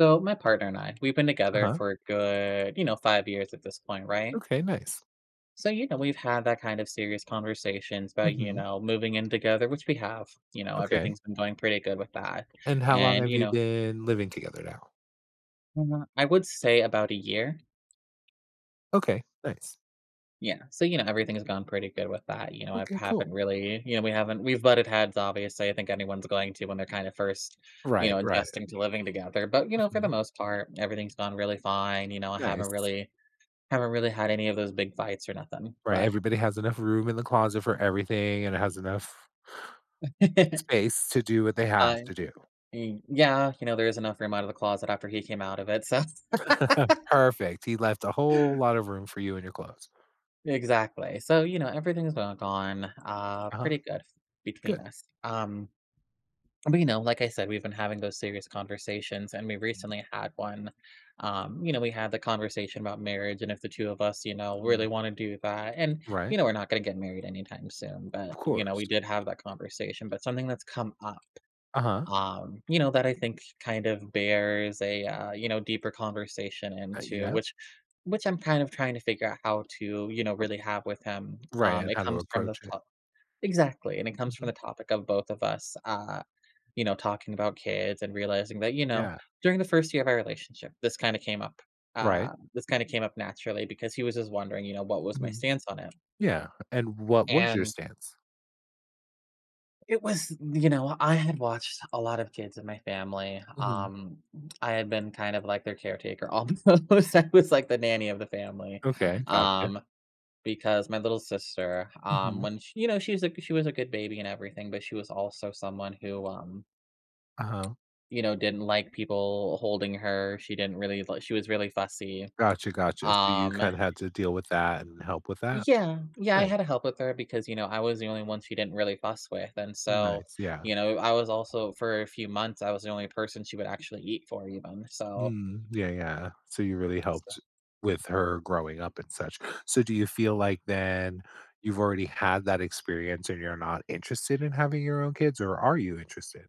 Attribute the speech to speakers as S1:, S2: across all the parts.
S1: So my partner and I, we've been together
S2: Uh-huh.
S1: for a good 5 years at this point, right?
S2: Okay, nice.
S1: So, we've had that kind of serious conversations about
S2: Mhm.
S1: moving in together, which we have.
S2: Okay.
S1: Everything's been going pretty good with that.
S2: And how long
S1: And,
S2: have
S1: you
S2: you
S1: know,
S2: been living together now?
S1: uh, I would say about a year.
S2: Okay, nice.
S1: Yeah. So, everything's gone pretty good with that. I
S2: Okay, cool.
S1: haven't really, we haven't, we've butted heads, obviously. I think anyone's going to when they're kind of first, you
S2: Right,
S1: know,
S2: right.
S1: adjusting to living together. But, for the
S2: Mhm.
S1: most part, everything's gone really fine. I haven't
S2: Nice.
S1: really, haven't really had any of those big fights or nothing,
S2: Right,
S1: but,
S2: everybody has enough room in the closet for everything and it has enough space to do what they have
S1: I
S2: to do.
S1: y yeah, there is enough room out of the closet after he came out of it, so.
S2: Perfect. He left a whole lot of room for you and your clothes.
S1: Exactly. So, everything's go gone,
S2: Uh-huh.
S1: pretty good between
S2: Good.
S1: us. But, like I said, we've been having those serious conversations, and we recently had one. We had the conversation about marriage and if the 2 of us
S2: Mhm.
S1: really wanna do that, and
S2: Right.
S1: we're not gonna get married anytime soon,
S2: Of
S1: but
S2: course.
S1: we did have that conversation, but something that's come up
S2: Uh-huh.
S1: um, you know, that I think kind of bears a, deeper conversation into
S2: Yeah.
S1: which I'm kind of trying to figure out how to
S2: Uh,
S1: really have with him.
S2: right, and
S1: It
S2: how to
S1: comes from the
S2: approach it.
S1: top exactly, and it comes from
S2: Mhm.
S1: the topic of both of us, talking about kids and realizing that
S2: Yeah.
S1: during the first year of our relationship, this kind of came up.
S2: Right.
S1: This kind of came up naturally because he was just wondering, what was my
S2: Mhm.
S1: stance on it,
S2: Yeah. And what was your
S1: and
S2: stance?
S1: It was you know, I had watched a lot of kids in my family,
S2: Mhm.
S1: um, I had been kind of like their caretaker almost. I was like the nanny of the family,
S2: Okay, gotcha.
S1: um, because my little sister,
S2: Mhm,
S1: when she was a good baby and everything, but she was also someone who, um,
S2: uh-huh.
S1: you know, didn't like people holding her. She didn't really li she was really fussy.
S2: Gotcha, gotcha. So you
S1: um
S2: kinda had to deal with that and help with that?
S1: Yeah, yeah, I
S2: Nice,
S1: had to help with her because I was the only one she didn't really fuss with, and so
S2: nice, yeah.
S1: I was also for a few months, I was the only person she would actually eat for even, so
S2: Mm, yeah, yeah. So you really
S1: so
S2: helped with her growing up and such. So do you feel like then you've already had that experience and you're not interested in having your own kids, or are you interested?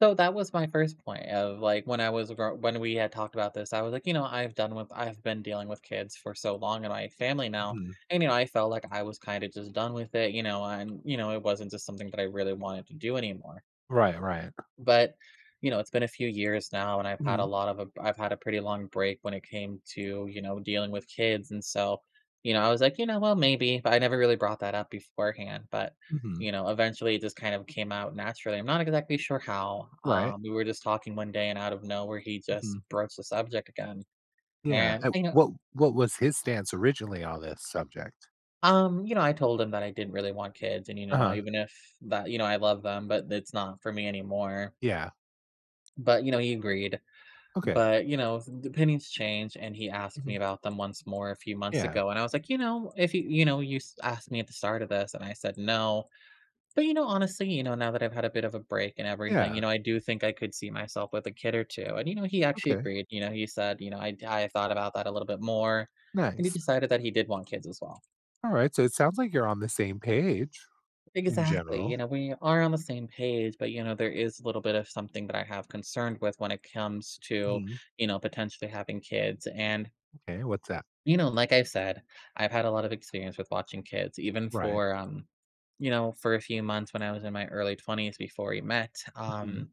S1: that was my first point of, like, when I was grow when we had talked about this, I was like, I've been dealing with kids for so long in my family now,
S2: Mhm.
S1: and I felt like I was kinda just done with it, and it wasn't just something that I really wanted to do anymore.
S2: Right, right.
S1: But, it's been a few years now, and
S2: Mhm,
S1: I've had a pretty long break when it came to dealing with kids, and so I was like, "You know, well, maybe," but I never really brought that up beforehand, but
S2: mhm.
S1: eventually it just kind of came out naturally. I'm not exactly sure how.
S2: Right.
S1: We were just talking one day, and out of nowhere, he just
S2: Mhm.
S1: broached the subject again,
S2: Yeah,
S1: and
S2: and
S1: I know.
S2: what was his stance originally on this subject?
S1: I told him that I didn't really want kids and
S2: Uh-huh.
S1: even if I love them, but it's not for me anymore.
S2: Yeah.
S1: But, he agreed.
S2: Okay.
S1: But, the opinions change, and he asked
S2: Mhm.
S1: me about them once more a few months
S2: Yeah.
S1: ago, and I was like, "You know, if you you know, you s asked me at the start of this," and I said, "No." But, honestly, now that I've had a bit of a break and everything,
S2: Yeah.
S1: you know, I do think I could see myself with a kid or 2, and he actually
S2: Okay.
S1: agreed, he said, "I thought about that a little bit more," and he
S2: Nice.
S1: decided that he did want kids as well.
S2: Alright, so it sounds like you're on the same page in
S1: Exactly, you
S2: general.
S1: know, we are on the same page, but there is a little bit of something that I have concerned with when it comes to
S2: Mhm.
S1: potentially having kids, and
S2: Okay, what's that?
S1: Like I have said, I've had a lot of experience with watching kids, even
S2: Right.
S1: for, for a few months when I was in my early 20s before we met.
S2: Mhm.
S1: Um,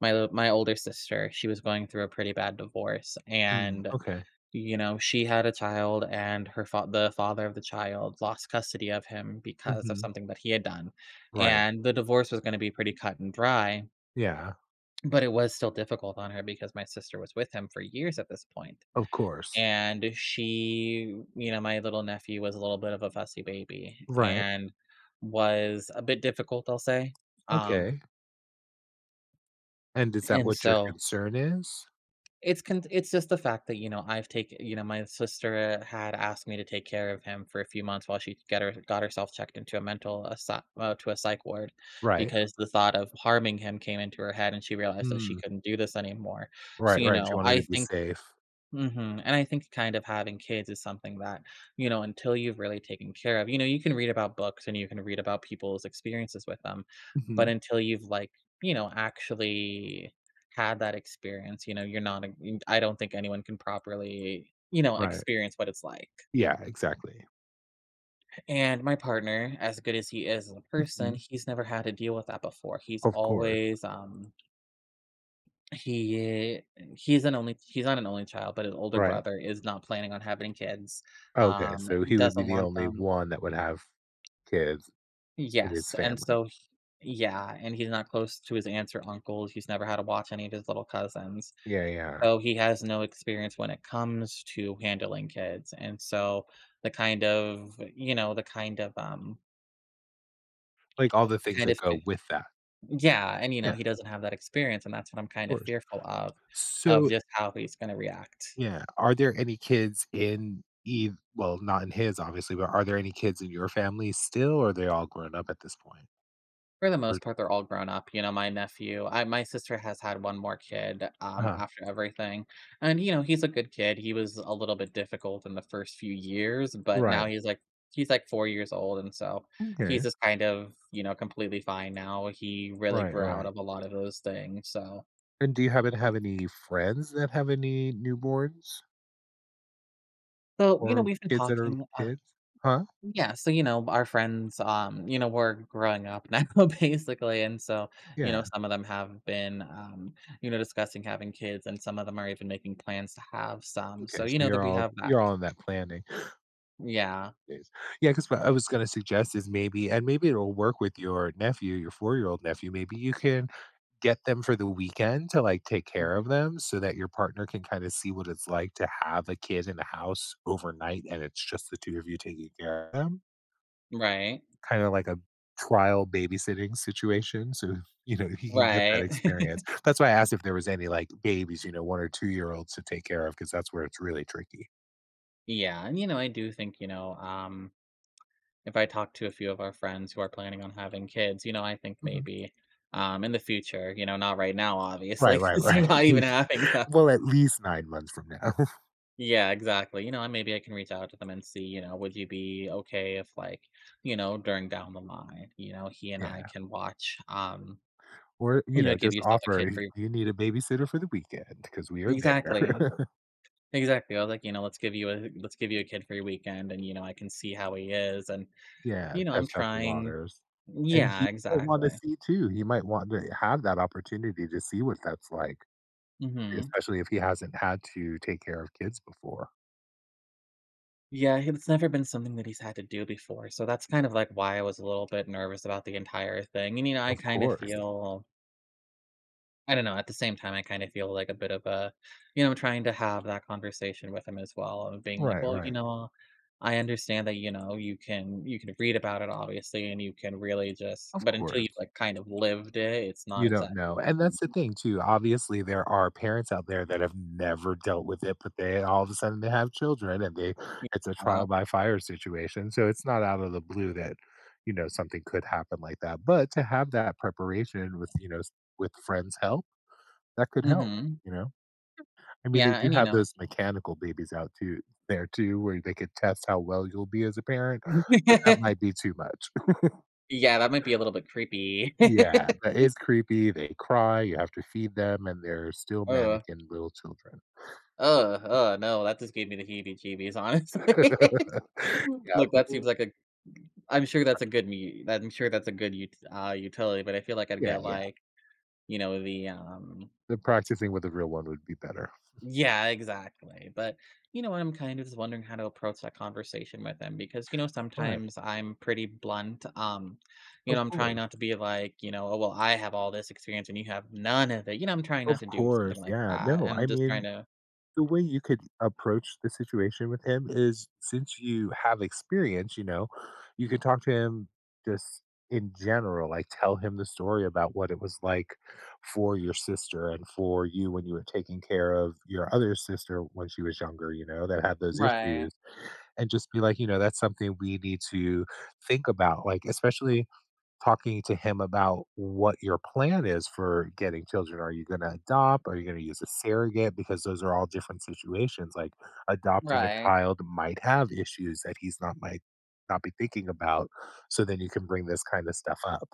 S1: my l- My older sister, she was going through a pretty bad divorce,
S2: Mm,
S1: and
S2: okay.
S1: she had a child, and the father of the child lost custody of him because of
S2: Mhm.
S1: something that he had done,
S2: Right.
S1: and the divorce was going to be pretty cut and dry.
S2: Yeah,
S1: But it was still difficult on her because my sister was with him for years at this point.
S2: of course.
S1: And my little nephew was a little bit of a fussy baby
S2: Right.
S1: and was a bit difficult, I'll say. Um,
S2: Okay. And is that
S1: and
S2: what your
S1: so
S2: concern is?
S1: it's con It's just the fact that I've taken you know, my sister had asked me to take care of him for a few months while she get her got herself checked into a mental a to a psych ward
S2: Right.
S1: because the thought of harming him came into her head and she realized that she
S2: Mm.
S1: couldn't do this anymore. So,
S2: Right,
S1: you
S2: right, she
S1: know,
S2: wanted
S1: I
S2: to be
S1: think.
S2: safe.
S1: Mhm. And I think kind of having kids is something that until you've really taken care of you can read about books and you can read about people's experiences with them,
S2: Mhm.
S1: but until you've, like actually had that experience, you're not a you I don't think anyone can properly
S2: Right.
S1: experience what it's like,
S2: Yeah, exactly.
S1: and my partner, as good as he is as a person,
S2: Mhm.
S1: he's never had to deal with that before. He's
S2: Of course.
S1: alwaysHe eh, he's not an only child, but his older
S2: Right.
S1: brother is not planning on having kids,
S2: Okay,
S1: um,
S2: so he would be
S1: doesn't
S2: the
S1: want
S2: only
S1: them.
S2: one that would have kids in his
S1: Yes, and
S2: family.
S1: so h yeah, and he's not close to his aunts or uncles, he's never had to watch any of his little cousins,
S2: Yeah, yeah.
S1: so he has no experience when it comes to handling kids, and so the kind of you know,
S2: Like, all the
S1: the
S2: things
S1: kind
S2: that
S1: of
S2: go
S1: fe
S2: with that.
S1: yeah, and
S2: Yeah, of
S1: he doesn't have that experience, and that's what I'm kind of
S2: course.
S1: fearful of
S2: So
S1: just how he's gonna react.
S2: yeah, are there any kids in Eve? Well, not in his, obviously, but are there any kids in your family still, or are they all grown up at this point?
S1: For the
S2: Or
S1: most part, they're all grown up, you know, my nephew I My sister has had one more kid,
S2: uh
S1: after everything, and he's a good kid, he was a little bit difficult in the first few years, but now
S2: Right.
S1: he's, like, 4 years old, and so he's
S2: Okay.
S1: just kind of, completely fine now. He really
S2: Right,
S1: grew out
S2: right.
S1: of a lot of those things, so,
S2: And do you happen to have
S1: um
S2: any friends that have any newborns or
S1: we've been
S2: kids that are
S1: talking.
S2: kids? Huh?
S1: Yeah, so our friends, we're growing up now basically, and so
S2: Yeah.
S1: some of them have been, discussing having kids, and some of them are even making plans to have some, so
S2: Okay, so
S1: that we have that.
S2: you're all in that planning
S1: Yeah.
S2: phase. Yeah, because what I was gonna suggest is maybe it'll work with your nephew, your four-year-old nephew. Maybe you can get them for the weekend to, like, take care
S1: Mhm.
S2: of them so that your partner can kinda see what it's like to have a kid in the house overnight, and it's just the 2 of you taking care of them,
S1: Right.
S2: kinda like a trial babysitting situation, so, he can get that
S1: Right.
S2: experience. That's why I asked if there was any, like, babies, 1 or 2-year-olds to take care of, because that's where it's really tricky.
S1: Yeah, and I do think, if I talk to a few of our friends who are planning on having kids, I think
S2: Mhm.
S1: maybe, in the future, not right now,
S2: Right,
S1: obviously,
S2: right,
S1: 'cause they're
S2: right.
S1: not even having them.
S2: Well, at least 9 months from now.
S1: Yeah, exactly. And maybe I can reach out to them and see, would you be okay if like, during down the line, he and I
S2: Yeah.
S1: can watch, um,
S2: Or,
S1: you know, Give
S2: just
S1: yourself a
S2: offer,
S1: kid
S2: "Do
S1: free.
S2: you need a babysitter for the weekend because we are
S1: Exactly.
S2: there."
S1: Exactly. I was like, let's give you a kid free weekend and I can see how he is and
S2: Yeah,
S1: I'm
S2: test out the
S1: trying.
S2: waters. And
S1: Yeah,
S2: he might wanna
S1: exactly.
S2: see too. He might want to have that opportunity to see what that's like,
S1: hmm
S2: especially if he hasn't had to take care of kids before.
S1: Yeah, it's never been something that he's had to do before. So that's kind of like why I was a little bit nervous about the entire thing. And I
S2: Of
S1: kind of
S2: course.
S1: feel I don't know. At the same time, I kinda feel like a bit of a trying to have that conversation with him as well of being like,
S2: Right,
S1: "Well, you
S2: right.
S1: know, I understand that, you can read about it obviously, and you can really just
S2: Of
S1: but until you've,
S2: course.
S1: like, kind of lived it, it's not
S2: You don't
S1: exactly
S2: know,
S1: the
S2: and
S1: same."
S2: that's the thing too. Obviously, there are parents out there that have never dealt with it, but they all of a sudden, they have children and they it's a
S1: Yeah.
S2: trial by fire situation, so it's not out of the blue that, something could happen like that, but to have that preparation with, you know, s with friends' help. That could help,
S1: Mhm.
S2: you know? I mean, they
S1: Yeah,
S2: do
S1: and, you
S2: have
S1: know
S2: those mechanical babies out too there too, where they could test how well you'll be as a parent, but that might be too much.
S1: Yeah, that might be a little bit creepy.
S2: Yeah, that is creepy. They cry, you have to feed them, and they're still
S1: Oh,
S2: mannequin little children.
S1: oh, no, that just gave me the heebie-jeebies, honestly.
S2: Yeah,
S1: Look, that seems
S2: r
S1: like a I'm sure that's a good me I'm sure that's a good ut utility, but I feel like I'd
S2: yeah,
S1: get,
S2: yeah.
S1: like, you know, the, um
S2: The practicing with a real one would be better.
S1: Yeah, exactly, but I'm kind of just wondering how to approach that conversation with him because
S2: Right.
S1: sometimes I'm pretty blunt, um, you
S2: Of
S1: know, I'm trying
S2: course.
S1: not to be like, "Oh, well, I have all this experience and you have none of it." I'm trying not
S2: Of
S1: to do something
S2: course,
S1: like
S2: yeah.
S1: that, and
S2: No, I
S1: I'm just trying
S2: mean,
S1: to.
S2: the way you could approach the situation with him is, since you have experience, you could talk to him just in general. Like, tell him the story about what it was like for your sister and for you when you were taking care of your other sister when she was younger, you know, that had those
S1: Right,
S2: issues. And just be like, you know, that's something we need to think about. Like, especially talking to him about what your plan is for getting children. Are you going to adopt? Are you going to use a surrogate? Because those are all different situations. Like adopting a
S1: right.
S2: child might have issues that he's not might not be thinking about. So then you can bring this kind of stuff up.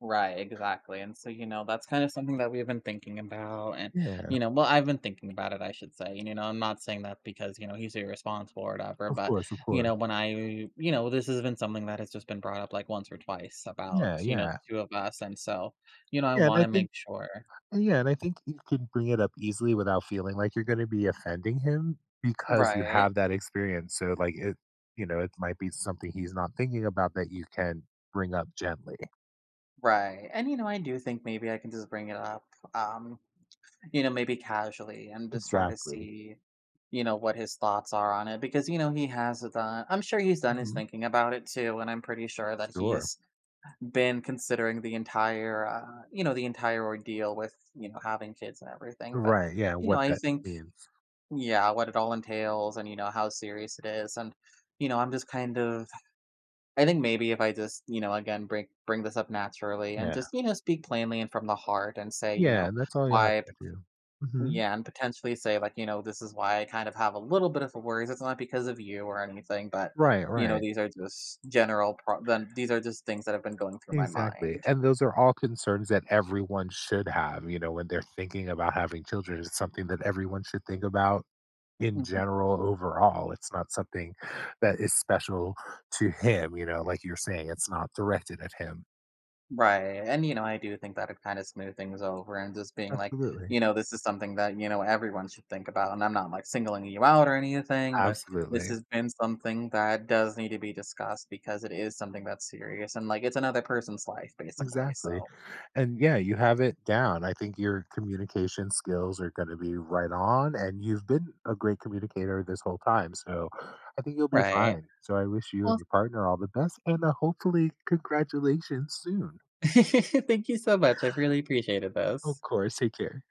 S1: Right, exactly, and so that's kind of something that we've been thinking about and,
S2: Yeah,
S1: you know well, I've been thinking about it, I should say, and I'm not saying that because he's irresponsible or whatever,
S2: of
S1: but
S2: course, of course.
S1: when I you know, this has been something that has just been brought up, like, once or twice about
S2: Yeah,
S1: the
S2: yeah,
S1: 2 of us, and so I
S2: yeah.
S1: wanna make sure.
S2: And yeah, and I think you can bring it up easily without feeling like you're gonna be offending him because you
S1: Right,
S2: have that experience. So like it, you know, it might be something he's not thinking about that you can bring up gently.
S1: right, and I do think maybe I can just bring it up, um Maybe casually and just try to
S2: Exactly.
S1: see, what his thoughts are on it because he has done I'm sure he's done his
S2: Mhm.
S1: thinking about it too, and I'm pretty sure that
S2: Sure.
S1: he's been considering the entire, the entire ordeal with having kids and everything. But
S2: Right, yeah, what
S1: I
S2: that
S1: think,
S2: means.
S1: yeah, what it all entails and how serious it is. And I'm just kind of, I think maybe if I just again, bring this up naturally and
S2: Yeah.
S1: just speak plainly and from the heart and say, you
S2: Yeah,
S1: know,
S2: and that's all you have
S1: why
S2: to do. Mhm.
S1: yeah, and potentially say, like this is why I kind of have a little bit of a worries. It's not because of you or anything, but
S2: Right, right.
S1: these are just general pro then these are just things that have been going through my
S2: Exactly.
S1: mind.
S2: And those are all concerns that everyone should have, you know, when they're thinking about having children. It's something that everyone should think about in
S1: Mhm.
S2: general overall. It's not something that is special to him, you know, like you're saying, it's not directed at him.
S1: Right, and I do think that it kind of smooth things over and just being like,
S2: Absolutely.
S1: you know, this is something that everyone should think about, and I'm not, like, singling you out or anything, but this
S2: Absolutely.
S1: has been something that does need to be discussed because it is something that's serious and, like, it's another person's life, basically,
S2: Exactly.
S1: so.
S2: And yeah, you have it down. I think your communication skills are going to be right on and you've been a great communicator this whole time. So I think you'll be
S1: Right.
S2: fine. So I wish you and your partner all the best and hopefully congratulations soon.
S1: Thank you so much. I've really appreciated
S2: Of
S1: this.
S2: course. Take care.